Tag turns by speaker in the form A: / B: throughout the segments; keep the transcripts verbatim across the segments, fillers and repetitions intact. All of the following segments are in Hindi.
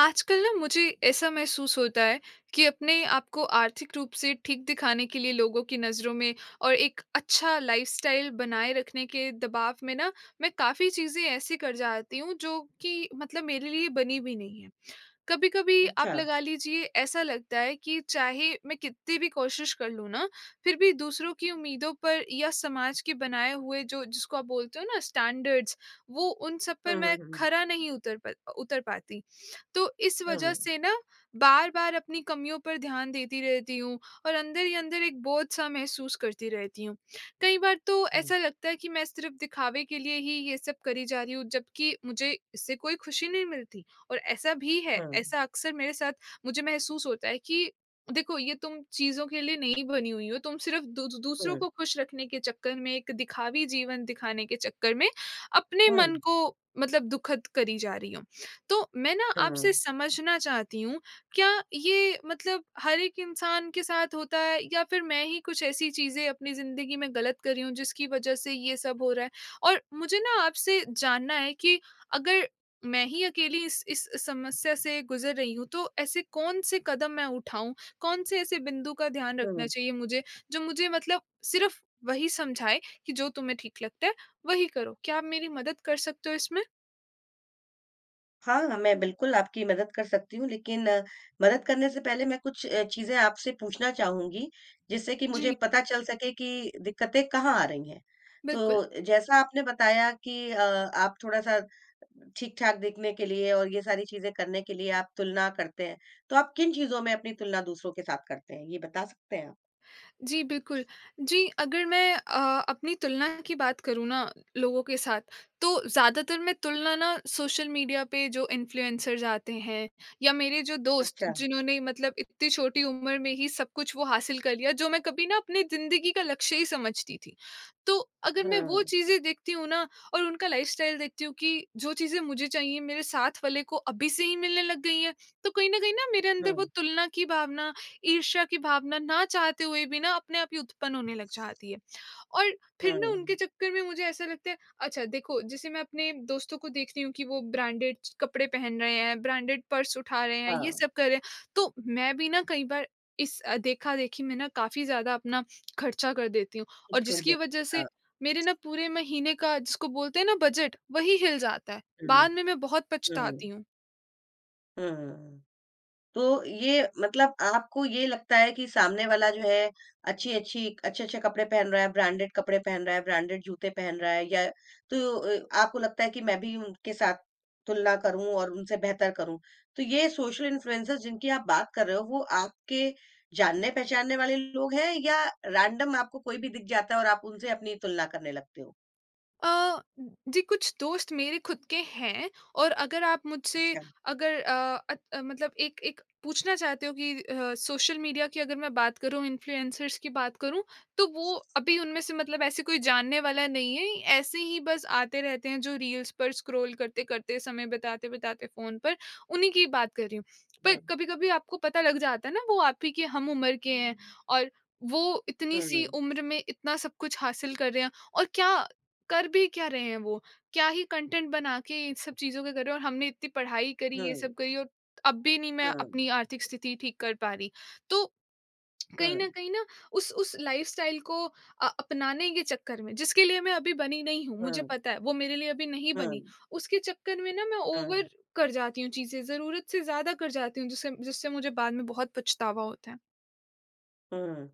A: आजकल ना मुझे ऐसा महसूस होता है कि अपने आप को आर्थिक रूप से ठीक दिखाने के लिए लोगों की नज़रों में और एक अच्छा लाइफस्टाइल बनाए रखने के दबाव में ना मैं काफ़ी चीज़ें ऐसी कर जाती हूँ जो कि मतलब मेरे लिए बनी भी नहीं है। कभी कभी आप
B: अच्छा।
A: लगा लीजिए ऐसा लगता है कि चाहे मैं कितनी भी कोशिश कर लूँ ना फिर भी दूसरों की उम्मीदों पर या समाज के बनाए हुए जो जिसको आप बोलते हो ना स्टैंडर्ड्स, वो उन सब
B: हुँ,
A: पर
B: हुँ,
A: मैं
B: हुँ,
A: खरा नहीं उतर पा, उतर पाती। तो इस वजह
B: हुँ,
A: से ना बार बार अपनी कमियों पर ध्यान देती रहती हूँ और अंदर ही अंदर एक बोझ सा महसूस करती रहती हूँ। कई बार तो
B: हुँ,
A: ऐसा लगता है कि मैं सिर्फ दिखावे के लिए ही ये सब करी जा रही हूँ, जबकि मुझे इससे कोई खुशी नहीं मिलती। और ऐसा भी है,
B: हुँ,
A: ऐसा अक्सर मेरे साथ मुझे महसूस होता है कि देखो ये तुम चीज़ों के लिए नहीं बनी हुई हो, तुम सिर्फ़ दू दूसरों
B: हुँ,
A: को खुश रखने के चक्कर में, एक दिखावी जीवन दिखाने के चक्कर में, अपने मन को मतलब दुखद करी जा रही हो। तो मैं ना
B: हुँ,
A: आपसे समझना चाहती हूँ, क्या ये मतलब हर एक इंसान के साथ होता है, या फिर मैं ही कुछ ऐसी चीज़ें अपनी ज़िंदगी में गलत कर रही हूँ जिसकी वज़ह से ये सब हो रहा है? और मुझे ना आपसे जानना है कि अगर मैं ही अकेली इस इस समस्या से गुज़र रही हूँ, तो ऐसे कौन से कदम मैं उठाऊँ? कौन से ऐसे बिंदु का ध्यान
B: हुँ,
A: रखना
B: हुँ।
A: चाहिए मुझे, जो मुझे मतलब सिर्फ़ वही समझाए कि जो तुम्हें ठीक लगता है, वही करो। क्या आप मेरी मदद कर सकते हो इसमें?
B: हाँ, मैं बिल्कुल आपकी मदद कर सकती हूँ, लेकिन अ, मदद करने से पहले मैं कुछ अ, चीज़ें आपसे पूछना चाहूँगी, जिससे कि मुझे
A: जी,
B: पता चल सके कि दिक्कतें कहाँ आ रही हैं।
A: बिल्कुल।
B: तो जैसा आपने बताया कि अ, आप थोड़ा-सा ठीक-ठाक दिखने के लिए और ये सारी चीज़ें करने के लिए आप तुलना करते हैं। तो आप किन चीज़ों में अपनी तुलना दूसरों के साथ करते हैं? ये बता सकते हैं आप?
A: जी, बिल्कुल। जी, अगर मैं अ, अपनी तुलना की बात करूँ ना लोगों के साथ, तो ज़्यादातर मैं तुलना ना सोशल मीडिया पे जो इन्फ्लुएंसर्स आते हैं, या मेरे जो दोस्त
B: अच्छा।
A: जिन्होंने मतलब इतनी छोटी उम्र में ही सब कुछ वो हासिल कर लिया, जो मैं कभी ना अपनी ज़िंदगी का लक्ष्य ही समझती थी। तो अगर मैं वो
B: हुँ,
A: चीज़ें देखती हूँ ना और उनका लाइफ़स्टाइल देखती हूँ कि जो चीज़ें मुझे चाहिए, मेरे साथ वाले को अभी से ही मिलने लग गई हैं, तो कहीं न कहीं ना मेरे अंदर
B: हुँ,
A: वो तुलना की भावना, ईर्ष्या की भावना ना चाहते हुए भी ना अपने आप ही उत्पन्न होने लग जाती है। और फिर ना उनके
B: हुँ।
A: चक्कर में मुझे ऐसा लगता है, अच्छा देखो, जैसे मैं अपने दोस्तों को देख रही हूँ कि वो ब्रांडेड कपड़े पहन रहे हैं, ब्रांडेड पर्स उठा रहे हैं, ये
B: हाँ,
A: सब कर रहे हैं, तो मैं भी ना कई बार इस अ, देखा-देखी में ना काफ़ी ज़्यादा अपना खर्चा कर देती हूँ, और
B: मुश्किल दे।
A: जिसकी वजह
B: हाँ,
A: से मेरे ना पूरे महीने का जिसको बोलते हैं ना बजट, वही हिल जाता है।
B: हुँ,
A: बाद में मैं बहुत
B: हुँ,
A: पछताती हूँ।
B: हुँ। तो ये मतलब आपको ये लगता है कि सामने वाला जो है अच्छी-अच्छी अच्छे-अच्छे कपड़े पहन रहा है, ब्रांडेड कपड़े पहन रहा है, ब्रांडेड जूते पहन रहा है, या तो अ, आपको लगता है कि मैं भी उनके साथ तुलना करूँ और उनसे बेहतर करूँ। तो ये सोशल इन्फ्लुएंसर्स जिनकी आप बात कर रहे हो, वो आपके जानने-पहचानने वाले लोग हैं, या रैंडम आपको कोई भी दिख जाता है और आप उनसे अपनी तुलना करने लगते हो?
A: अ, जी, कुछ दोस्त मेरे खुद के हैं, और अगर आप मुझसे
B: अच्छा।
A: अगर अ, अत अ, मतलब एक एक पूछना चाहते हो कि अ, सोशल मीडिया की अगर मैं बात करूँ, इन्फ्लुएंसर्स की बात करूँ, तो वो अभी उनमें से मतलब ऐसे कोई जानने वाला नहीं है। ऐसे ही बस आते रहते हैं जो रील्स पर स्क्रॉल करते-करते, समय बिताते-बिताते फ़ोन पर, उन्हीं की बात कर रही हूँ। पर
B: हुँ,
A: कभी-कभी आपको पता लग जाता है ना वो आप ही के हम उम्र के हैं, और वो इतनी-सी
B: हुँ,
A: उम्र में इतना सब कुछ हासिल कर रहे हैं, और क्या कर भी क्या रहे हैं वो? क्या ही कंटेंट बना के इन सब चीज़ों के कर रहे हैं, और हमने इतनी पढ़ाई करी, ये
B: हुँ।
A: सब करी और अब भी नहीं मैं
B: हाँ,
A: अपनी आर्थिक स्थिति ठीक कर पा रही। तो
B: हाँ,
A: कहीं न कहीं ना उस उस लाइफ़स्टाइल को अ, अपनाने के चक्कर में जिसके लिए मैं अभी बनी नहीं हूँ, मुझे
B: हाँ,
A: पता है वो मेरे लिए अभी नहीं
B: हाँ,
A: बनी। उसके चक्कर में ना मैं
B: हाँ,
A: ओवर कर जाती हूँ चीज़ें, ज़रूरत से ज़्यादा कर जाती हूँ, जिससे जिससे मुझे बाद में बहुत पछतावा होता है।
B: हाँ।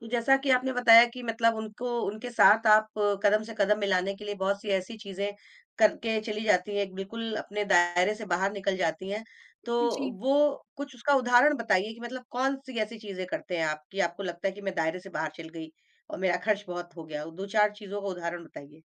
B: तो जैसा कि आपने बताया कि मतलब उनको उनके साथ आप अ, कदम से कदम मिलाने के लिए बहुत सी ऐसी चीजें करके चली जाती हैं, बिल्कुल अपने दायरे से बाहर निकल जाती हैं। तो
A: जी।
B: वो कुछ उसका उदाहरण बताइए कि मतलब कौन सी ऐसी चीजें करते हैं आप कि आपको लगता है कि मैं दायरे से बाहर चल गई और मेरा खर्च बहुत हो गया? दो चार चीजों का उदाहरण बताइए।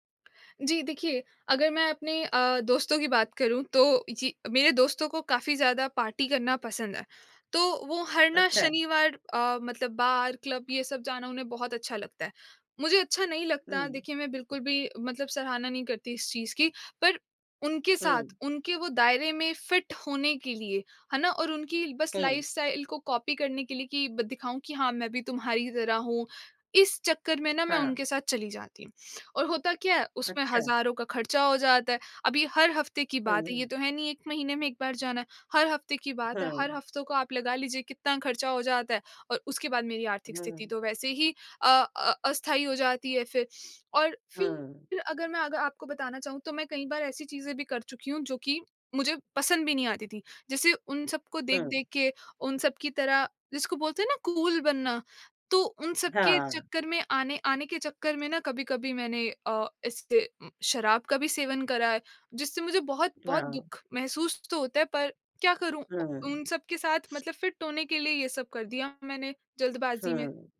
A: जी, देखिए, अगर मैं अपने अ, दोस्तों की बात करूँ, तो जी, मेरे दोस्तों को काफ़ी ज़्यादा पार्टी करना पसंद है। तो वो हर ना
B: अच्छा।
A: शनिवार अ, मतलब बार, क्लब ये सब जाना उन्हें बहुत अच्छा लगता है। मुझे अच्छा नहीं
B: हुँ,
A: लगता, देखिए, मैं बिल्कुल भी मतलब सराहना नहीं करती इस चीज़ की, पर उनके
B: हुँ,
A: साथ, उनके वो दायरे में फिट होने के लिए, है ना? और उनकी बस
B: हुँ,
A: लाइफ़स्टाइल को कॉपी करने के लिए कि ब दिखाऊँ कि हाँ, मैं भी तुम्हारी तरह हूँ, इस चक्कर में ना मैं
B: हाँ,
A: उनके साथ चली जाती हूँ। और होता क्या है, उसमें
B: अच्छा।
A: हज़ारों का खर्चा हो जाता है। अभी हर हफ़्ते की बात है,
B: हुँ,
A: ये तो है नहीं एक महीने में एक बार जाना है, हर हफ़्ते की बात है,
B: हुँ,
A: हर हफ़्तों को आप लगा लीजिए कितना खर्चा हो जाता है, और उसके बाद मेरी आर्थिक स्थिति
B: हुँ,
A: तो वैसे ही अ अ, अस्थायी हो जाती है फिर। और
B: हुँ,
A: फिर अगर मैं अगर आपको बताना चाहूँ तो मैं कई बार ऐसी चीज़ें भी कर चुकी हूँ जो कि मुझे पसंद भी नहीं आती थी। जैसे उन सबको
B: हुँ।
A: देख-देख के, उन सब की तरह जिसको बोलते हैं ना कूल बनना, तो उन सब के
B: हाँ,
A: चक्कर में आने आने के चक्कर में ना कभी-कभी मैंने अ, इससे उम, शराब का भी सेवन करा है, जिससे मुझे बहुत-बहुत
B: हाँ,
A: दुःख महसूस तो होता है, पर क्या करूँ, उ
B: हुँ,
A: उन सब के साथ मतलब फिट होने के लिए ये सब कर दिया मैंने जल्दबाज़ी में।
B: हुँ,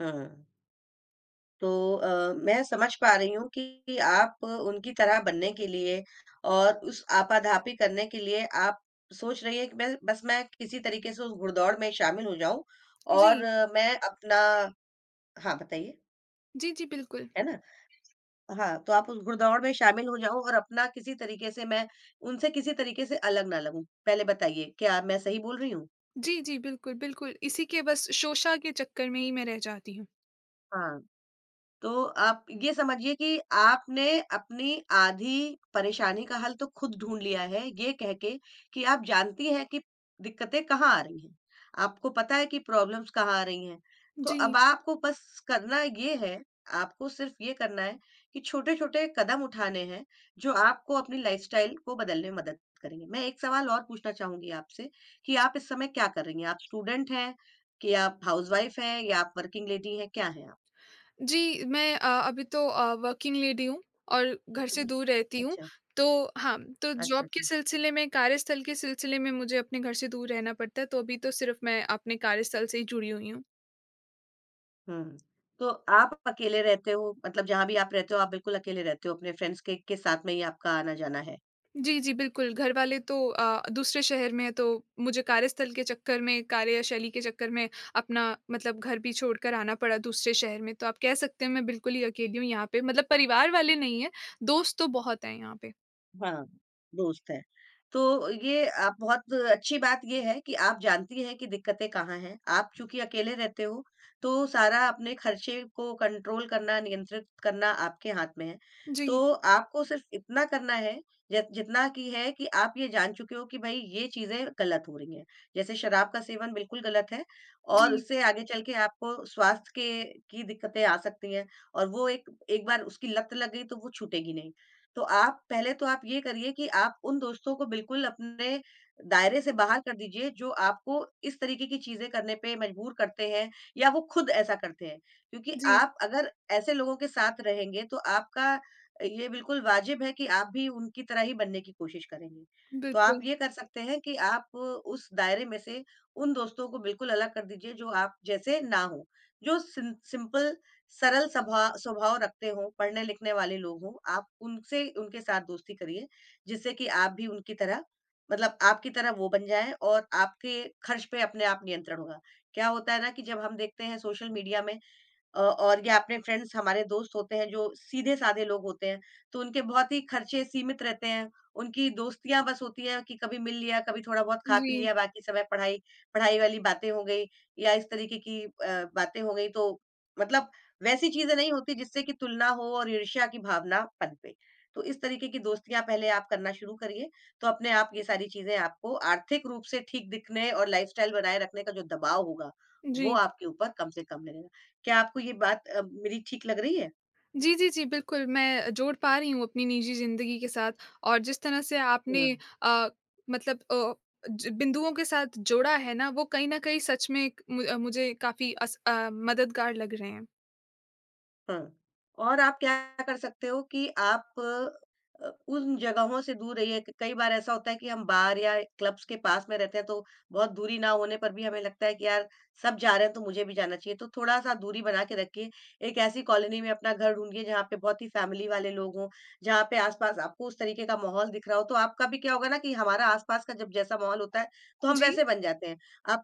B: हुँ। तो अ, मैं समझ पा रही हूँ कि आप उनकी तरह बनने के लिए और उस आपाधापी करने के लिए आप सोच रही हैं कि मैं बस मैं किसी तरीके से उस घुड़दौड़ में शामिल हो जाऊँ और
A: जी।
B: अ, मैं अपना। हाँ, बताइए,
A: जी, जी, बिल्कुल।
B: है ना? हाँ, तो आप उस घुड़दौड़ में शामिल हो जाओ और अपना किसी तरीके से मैं उनसे किसी तरीके से अलग ना लगूँ। पहले बताइए, क्या मैं सही बोल रही हूँ?
A: जी, जी, बिल्कुल, बिल्कुल। इसी के बस शोषा के चक्कर में ही मैं रह जाती हूँ।
B: हाँ। तो आप ये समझिए कि आपने अपनी आधी परेशानी का हल तो खुद ढूँढ लिया है, ये कह के कि आप जानती हैं कि दिक्कतें कहाँ आ रही हैं। आपको पता है कि प्रॉब्लम्स कहाँ आ रही हैं। तो अब
A: जी।
B: आपको बस करना ये है, आपको सिर्फ़ ये करना है कि छोटे-छोटे कदम उठाने हैं, जो आपको अपनी लाइफ़स्टाइल को बदलने में मदद करेंगे। मैं एक सवाल और पूछना चाहूँगी आपसे कि आप इस समय क्या कर रही हैं? आप स्टूडेंट हैं कि आप हाउसवाइफ़ हैं, या आप वर्किंग लेडी हैं, क्या हैं आप?
A: जी, मैं अ, अभी तो अ, वर्किंग लेडी हूँ और घर से
B: हुँ।
A: दूर रहती हूँ।
B: अच्छा,
A: तो हाँ, तो
B: अच्छा,
A: जॉब के
B: अच्छा।
A: सिलसिले में, कार्यस्थल के सिलसिले में मुझे अपने घर से दूर रहना पड़ता है, तो अभी तो सिर्फ़ मैं अपने कार्यस्थल से ही जुड़ी हुई हूँ।
B: हुँ। तो आप अकेले रहते हो, मतलब जहाँ भी आप रहते हो, आप बिल्कुल अकेले रहते हो, अपने फ्रेंड्स के के साथ में ही आपका आना-जाना है?
A: जी, जी, बिल्कुल, घरवाले तो अ, दूसरे शहर में हैं, तो मुझे कार्यस्थल के चक्कर में, कार्यशैली के चक्कर में अपना मतलब घर भी छोड़कर आना पड़ा दूसरे शहर में। तो आप कह सकते हैं मैं बिल्कुल ही अकेली हूँ यहाँ पे, मतलब परिवार वाले नहीं हैं, दोस्त तो बहुत हैं यहाँ पे।
B: हाँ, दोस्त है। तो ये आप बहुत अच्छी बात ये है कि आप जानती हैं कि दिक्कतें कहाँ हैं। आप चूँकि अकेले रहते हो, तो सारा अपने खर्चे को कंट्रोल करना, नियंत्रित करना आपके हाथ में है।
A: जी,
B: तो आपको सिर्फ़ इतना करना है, ज जितना कि है कि आप ये जान चुके हो कि भई ये चीज़ें गलत हो रही हैं। जैसे शराब का सेवन बिल्कुल गलत है और
A: जी,
B: उससे आगे चल के आपको स्वास्थ्य के की दिक्कतें आ सकती हैं, और वो एक एक बार उसकी लत लग गई तो वो छूटेगी नहीं। तो आप पहले तो आप ये करिए कि आप उन दोस्तों को बिल्कुल अपने दायरे से बाहर कर दीजिए जो आपको इस तरीके की चीजें करने पे मजबूर करते हैं, या वो खुद ऐसा करते हैं। क्योंकि
A: जी,
B: आप अगर ऐसे लोगों के साथ रहेंगे, तो आपका ये बिल्कुल वाजिब है कि आप भी उनकी तरह ही बनने की कोशिश करेंगे। तो आप
A: बिल्कुल।
B: ये कर सकते हैं कि आप उस दायरे में से उन दोस्तों को बिल्कुल अलग कर दीजिए जो आप जैसे ना हो, जो सिं- सिंपल सरल सभा स्वभाव रखते हों, पढ़ने लिखने वाले लोग हों, आप उनसे उनके साथ दोस्ती करिए, जिससे कि आप भी उनकी तरह, मतलब आपकी तरह वो बन जाएँ, और आपके खर्च पे अपने आप नियंत्रण होगा। क्या होता है ना कि जब हम देखते हैं सोशल मीडिया में, अ, और या अपने फ्रेंड्स, हमारे दोस्त होते हैं जो सीधे-साधे लोग होते हैं, तो उनके बहुत ही खर्चे सीमित रहते हैं। उनकी दोस्तियाँ बस होती है कि कभी मिल लिया, कभी थोड़ा-बहुत खा
A: जी।
B: पी लिया, बाकी समय पढ़ाई पढ़ाई वाली बातें हो गई, या इस तरीके की अ, बातें हो गई। तो मतलब वैसी चीज़ें नहीं होती जिससे कि तुलना हो और ईर्ष्या की भावना पनपे। तो इस तरीके की दोस्तियाँ पहले आप करना शुरू करिए, तो अपने आप ये सारी चीज़ें आपको आर्थिक रूप से ठीक दिखने और लाइफ़स्टाइल बनाए रखने का जो दबाव होगा, वो
A: जी।
B: आपके ऊपर कम से कम लगेगा। क्या आपको ये बात अ, मेरी ठीक लग रही है?
A: जी, जी, जी, बिल्कुल, मैं जोड़ पा रही हूँ अपनी निजी ज़िंदगी के साथ, और जिस तरह से
B: हुँ,
A: आपने अ, मतलब अ, ज बिंदुओं के साथ जोड़ा है ना, वो कहीं न कहीं सच में एक मु अ, मुझे काफ़ी अस अ, मददगार लग रहे हैं।
B: हाँ। और आप क्या कर सकते हो कि आप अ, उन जगहों से दूर रहिए। क कई बार ऐसा होता है कि हम बार या क्लब्स के पास में रहते हैं, तो बहुत दूरी ना होने पर भी हमें लगता है कि यार, सब जा रहे हैं, तो मुझे भी जाना चाहिए। तो थोड़ा-सा दूरी बना के रखिए। एक ऐसी कॉलोनी में अपना घर ढूँढिए, जहाँ पे बहुत ही फैमिली वाले लोग हों, जहाँ पे आस-पास आपको उस तरीके का माहौल दिख रहा हो। तो आपका भी क्या होगा ना कि हमारा आस-पास का जब जैसा माहौल होता है, तो हम
A: जी।
B: वैसे बन जाते हैं। आप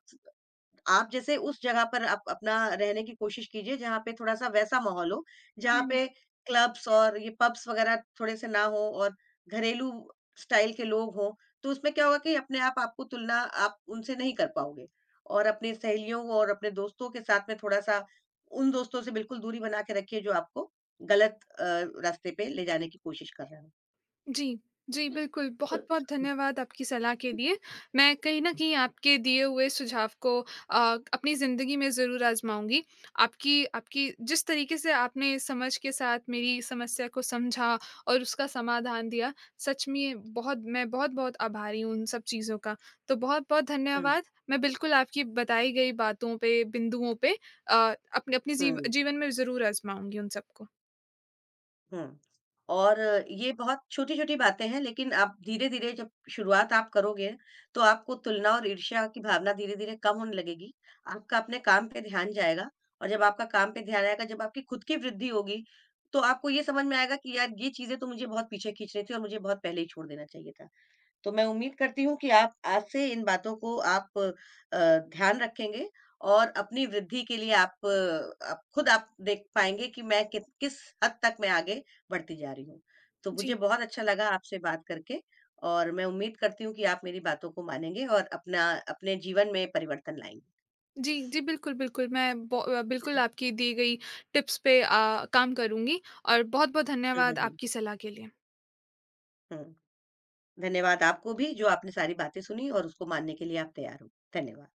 B: आप जैसे उस जगह पर आप अपना रहने की कोशिश कीजिए जहाँ पे थोड़ा-सा वैसा माहौल हो, जहाँ
A: हुँ।
B: पे क्लब्स और ये पब्स वगैरह थोड़े से ना हो और घरेलू स्टाइल के लोग हों, तो उसमें क्या होगा कि अपने आप आपको तुलना आप उनसे नहीं कर पाओगे। और अपनी सहेलियों और अपने दोस्तों के साथ में थोड़ा-सा उन दोस्तों से बिल्कुल दूरी बना के रखिए जो आपको गलत अ, रास्ते पे ले जाने की कोशिश कर रहे हों।
A: जी, जी, बिल्कुल। बहुत-बहुत धन्यवाद आपकी सलाह के लिए। मैं कहीं न कहीं आपके दिए हुए सुझाव को अ, अपनी ज़िंदगी में ज़रूर आज़माऊँगी। आपकी आपकी जिस तरीके से आपने समझ के साथ मेरी समस्या को समझा और उसका समाधान दिया, सच में बहुत मैं बहुत-बहुत आभारी हूँ उन सब चीज़ों का। तो बहुत-बहुत
B: हुँ,
A: धन्यवाद। मैं बिल्कुल आपकी बताई गई बातों पे, बिंदुओं पे अ, अपने अपने जीव
B: हुँ।
A: जीवन में ज़रूर आज़माऊँगी उन सबको।
B: हुँ। और ये बहुत छोटी-छोटी बातें हैं, लेकिन आप धीरे-धीरे जब शुरुआत आप करोगे, तो आपको तुलना और ईर्ष्या की भावना धीरे-धीरे कम होने लगेगी। आपका अपने काम पे ध्यान जाएगा, और जब आपका काम पे ध्यान आएगा, जब आपकी खुद की वृद्धि होगी, तो आपको ये समझ में आएगा कि यार, ये चीज़ें तो मुझे बहुत पीछे खींच रही थी और मुझे बहुत पहले ही छोड़ देना चाहिए था। तो मैं उम्मीद करती हूँ कि आप आज से इन बातों को आप अ, ध्यान रखेंगे, और अपनी वृद्धि के लिए आप अ, आप खुद आप देख पाएँगे कि मैं कित किस हद तक मैं आगे बढ़ती जा रही हूँ। तो मुझे
A: जी।
B: बहुत अच्छा लगा आपसे बात करके, और मैं उम्मीद करती हूँ कि आप मेरी बातों को मानेंगे और अपना अपने जीवन में परिवर्तन लाएँगे।
A: जी, जी, बिल्कुल, बिल्कुल, मैं बो अ, बिल्कुल आपकी दी गई टिप्स पे अ, काम करूँगी और बहुत-बहुत
B: हुँ, हुँ,
A: धन्यवाद
B: हुँ,
A: आपकी सलाह के लिए।
B: हुँ। धन्यवाद आपको भी जो आपने सारी बातें सुनी और उसको मानने के लिए आप तैयार हो। धन्यवाद।